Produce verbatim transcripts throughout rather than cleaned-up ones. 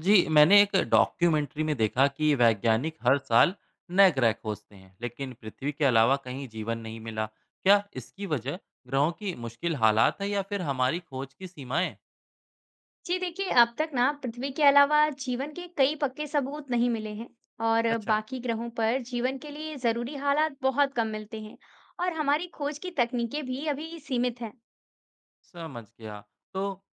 जी, मैंने एक डॉक्यूमेंट्री में देखा कि वैज्ञानिक हर साल नए ग्रह खोजते हैं, लेकिन पृथ्वी के अलावा कहीं जीवन नहीं मिला। क्या इसकी वजह ग्रहों की मुश्किल हालात है या फिर हमारी खोज की सीमाएं? जी देखिए, अब तक ना पृथ्वी के अलावा जीवन के कई पक्के सबूत नहीं मिले हैं और अच्छा, बाकी ग्रहों पर जीवन के लिए जरूरी हालात बहुत कम मिलते हैं और हमारी खोज की तकनीकें भी अभी सीमित हैं। समझ गया। तो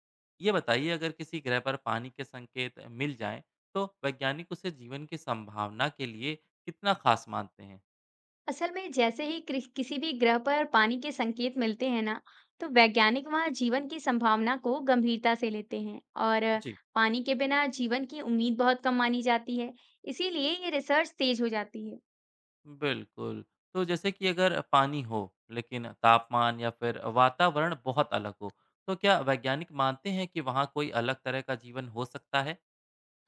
ये बताइए, अगर किसी ग्रह पर पानी के संकेत मिल जाएं, तो वैज्ञानिक उसे जीवन की संभावना के लिए कितना खास मानते हैं? असल में जैसे ही क्रि- किसी भी ग्रह पर पानी के संकेत मिलते हैं ना, तो वैज्ञानिक वहां जीवन की संभावना को गंभीरता से लेते हैं और जी, पानी के बिना जीवन की उम्मीद बहुत कम मानी जाती है। इसीलिए ये रिसर्च तेज हो जाती है। बिल्कुल। तो जैसे कि अगर पानी हो, लेकिन तापमान या फिर वातावरण बहुत अलग हो, तो क्या वैज्ञानिक मानते हैं कि वहाँ कोई अलग तरह का जीवन हो सकता है?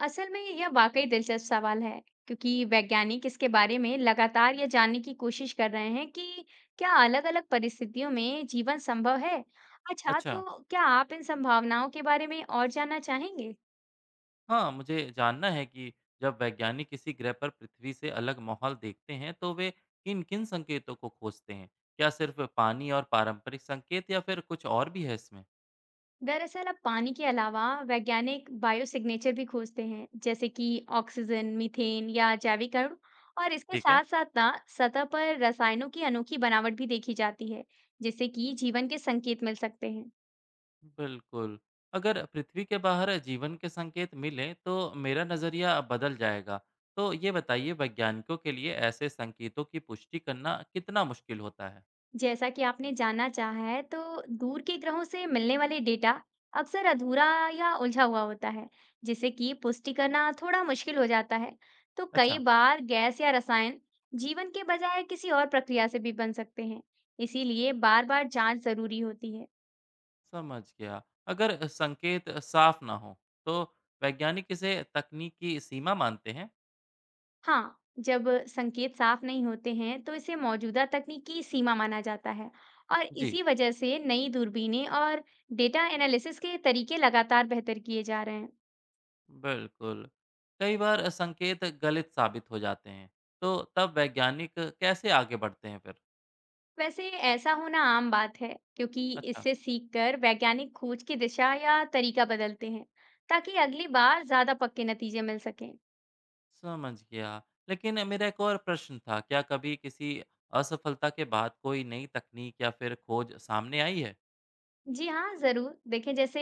असल में यह वाकई दिलचस्प सवाल है क्योंकि वैज्ञानिक इसके बारे में लगातार यह जानने की कोशिश कर रहे हैं कि क्या अलग-अलग परिस्थितियों में जीवन संभव है। अच्छा, अच्छा, तो क्या आप इन संभावनाओं के बारे में और जानना चाहेंगे? हाँ, मुझे जानना है कि जब वैज्ञानिक किसी ग्रह पर पृथ्वी से अलग माहौल देखते हैं, तो वे किन-किन संकेतों को खोजते हैं? क्या सिर्फ पानी और पारंपरिक संकेत या फिर कुछ और भी है इसमें? दरअसल अब पानी के अलावा वैज्ञानिक बायोसिग्नेचर भी खोजते हैं, जैसे कि ऑक्सीजन, मीथेन या जैविक अणु और इसके ठीक है। साथ साथ ना सतह पर रसायनों की अनोखी बनावट भी देखी जाती है, जिससे कि जीवन के संकेत मिल सकते हैं। बिल्कुल। अगर पृथ्वी के बाहर जीवन के संकेत मिलें तो मेरा नज़रिया बदल जाएगा। तो ये बताइए, वैज्ञानिकों के लिए ऐसे संकेतों की पुष्टि करना कितना मुश्किल होता है? जैसा कि आपने जानना चाहा है, तो दूर के ग्रहों से मिलने वाले डेटा अक्सर अधूरा या उलझा हुआ होता है, जिससे कि पुष्टि करना थोड़ा मुश्किल हो जाता है। तो कई अच्छा, बार गैस या रसायन जीवन के बजाय किसी और प्रक्रिया से भी बन सकते हैं, इसीलिए बार-बार जांच जरूरी होती है। समझ गया। अगर संकेत साफ ना हो तो वैज्ञानिक इसे तकनीक की सीमा मानते हैं? हाँ, जब संकेत साफ नहीं होते हैं, तो इसे मौजूदा तकनीक की सीमा माना जाता है, और जी, इसी वजह से नई दूरबीनें और डेटा एनालिसिस के तरीके लगातार बेहतर किए जा रहे हैं। बिल्कुल। कई बार संकेत गलत साबित हो जाते हैं। तो तब वैज्ञानिक कैसे आगे बढ़ते हैं फिर? वैसे ऐसा होना आम बात है क्योंकि अच्छा। इससे सीखकर वैज्ञानिक खोज की दिशा या तरीका बदलते हैं ताकि अगली बार ज्यादा पक्के नतीजे मिल सकें। समझ गया। लेकिन मेरा एक और प्रश्न था, क्या कभी किसी असफलता के बाद कोई नई तकनीक या फिर खोज सामने आई है? जी हाँ, जरूर देखें, जैसे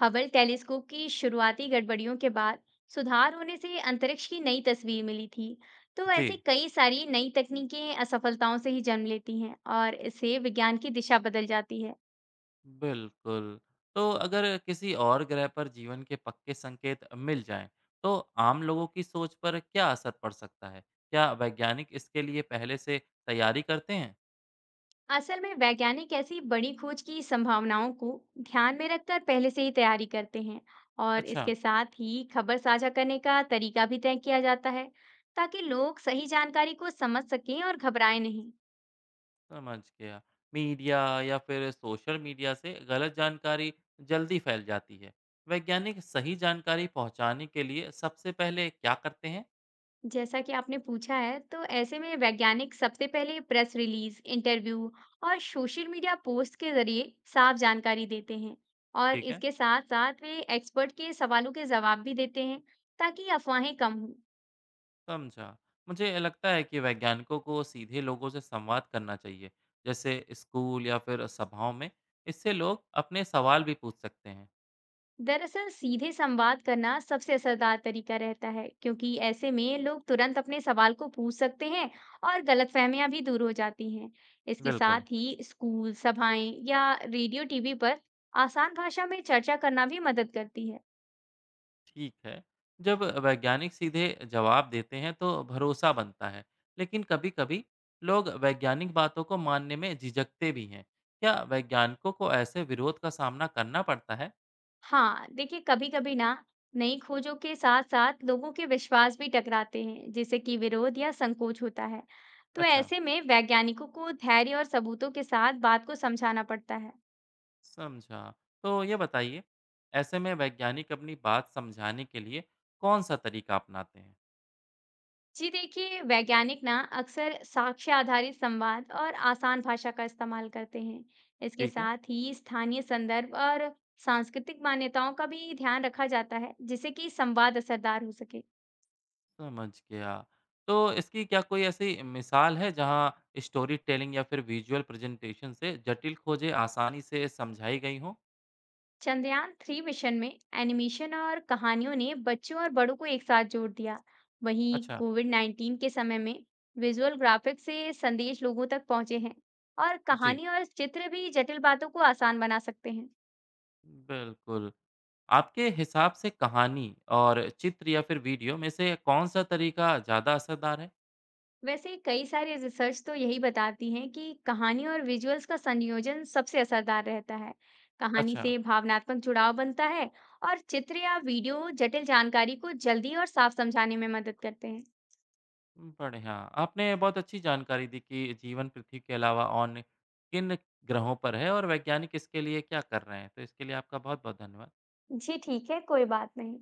हबल टेलीस्कोप की शुरुआती गड़बड़ियों के बाद सुधार होने से अंतरिक्ष की नई तस्वीर मिली थी। तो जी, ऐसी कई सारी नई तकनीकें असफलताओं से ही जन्म लेती हैं और इससे विज्ञान की दिशा बदल जाती है। बिल्कुल। तो अगर किसी और ग्रह पर जीवन के पक्के संकेत मिल जाएं, तो आम लोगों की सोच पर क्या असर पड़ सकता है? क्या वैज्ञानिक इसके लिए पहले से तैयारी करते हैं? असल में वैज्ञानिक ऐसी बड़ी खोज की संभावनाओं को ध्यान में रखकर पहले से ही तैयारी करते हैं और अच्छा। इसके साथ ही खबर साझा करने का तरीका भी तय किया जाता है, ताकि लोग सही जानकारी को समझ सकें और घबराएं नहीं। समझ गया। मीडिया या फिर सोशल मीडिया से गलत जानकारी जल्दी फैल जाती है। वैज्ञानिक सही जानकारी पहुंचाने के लिए सबसे पहले क्या करते हैं? जैसा कि आपने पूछा है, तो ऐसे में वैज्ञानिक सबसे पहले प्रेस रिलीज, इंटरव्यू और सोशल मीडिया पोस्ट के जरिए साफ जानकारी देते हैं और ठीक है, इसके साथ साथ वे एक्सपर्ट के सवालों के जवाब भी देते हैं, ताकि अफवाहें कम हों। समझा। मुझे लगता है कि वैज्ञानिकों को सीधे लोगों से संवाद करना चाहिए, जैसे स्कूल या फिर सभाओं में। इससे लोग अपने सवाल भी पूछ सकते हैं। दरअसल सीधे संवाद करना सबसे असरदार तरीका रहता है क्योंकि ऐसे में लोग तुरंत अपने सवाल को पूछ सकते हैं और गलतफहमियां भी दूर हो जाती हैं। इसके बिल्कुल। साथ ही स्कूल, सभाएं या रेडियो टीवी पर आसान भाषा में चर्चा करना भी मदद करती है। ठीक है। जब वैज्ञानिक सीधे जवाब देते हैं तो भरोसा बनता है, लेकिन कभी कभी लोग वैज्ञानिक बातों को मानने में झिझकते भी हैं। क्या वैज्ञानिकों को ऐसे विरोध का सामना करना पड़ता है? हाँ देखिए, कभी कभी ना नई खोजों के साथ साथ लोगों के विश्वास भी टकराते हैं, जिससे कि विरोध या संकोच होता है। तो अच्छा, ऐसे में वैज्ञानिकों को धैर्य और सबूतों के साथ बात को समझाना पड़ता है। समझा। तो ये बताइए, ऐसे में वैज्ञानिक अपनी बात समझाने के लिए कौन सा तरीका अपनाते हैं? जी देखिए, वैज्ञानिक ना अक्सर साक्ष्य आधारित संवाद और आसान भाषा का इस्तेमाल करते हैं। इसके ठीक है, साथ ही स्थानीय संदर्भ और सांस्कृतिक मान्यताओं का भी ध्यान रखा जाता है, जिससे कि संवाद असरदार हो सके। समझ गया। तो इसकी क्या कोई ऐसी मिसाल है जहाँ स्टोरी टेलिंग या फिर विजुअल प्रेजेंटेशन से जटिल खोजें आसानी से समझाई गई हों? चंद्रयान थ्री मिशन में एनिमेशन और कहानियों ने बच्चों और बड़ों को एक साथ जोड़ दिया। वहीं अच्छा, कोविड नाइन्टीन के समय में विजुअल ग्राफिक्स से संदेश लोगों तक पहुंचे हैं और जी, कहानी और चित्र भी जटिल बातों को आसान बना सकते हैं। बिल्कुल। आपके हिसाब से कहानी और चित्र या फिर वीडियो में से कौन-सा तरीका ज़्यादा असरदार है? वैसे कई सारे रिसर्च तो यही बताती हैं कि कहानी और विजुअल्स का संयोजन सबसे असरदार रहता है। कहानी अच्छा, से भावनात्मक जुड़ाव बनता है और चित्र या वीडियो जटिल जानकारी को जल्दी और साफ समझाने में मदद करते हैं। बढ़िया। आपने बहुत अच्छी जानकारी दी कि जीवन पृथ्वी के अलावा और किन ग्रहों पर है और वैज्ञानिक इसके लिए क्या कर रहे हैं। तो इसके लिए आपका बहुत-बहुत धन्यवाद। जी ठीक है, कोई बात नहीं।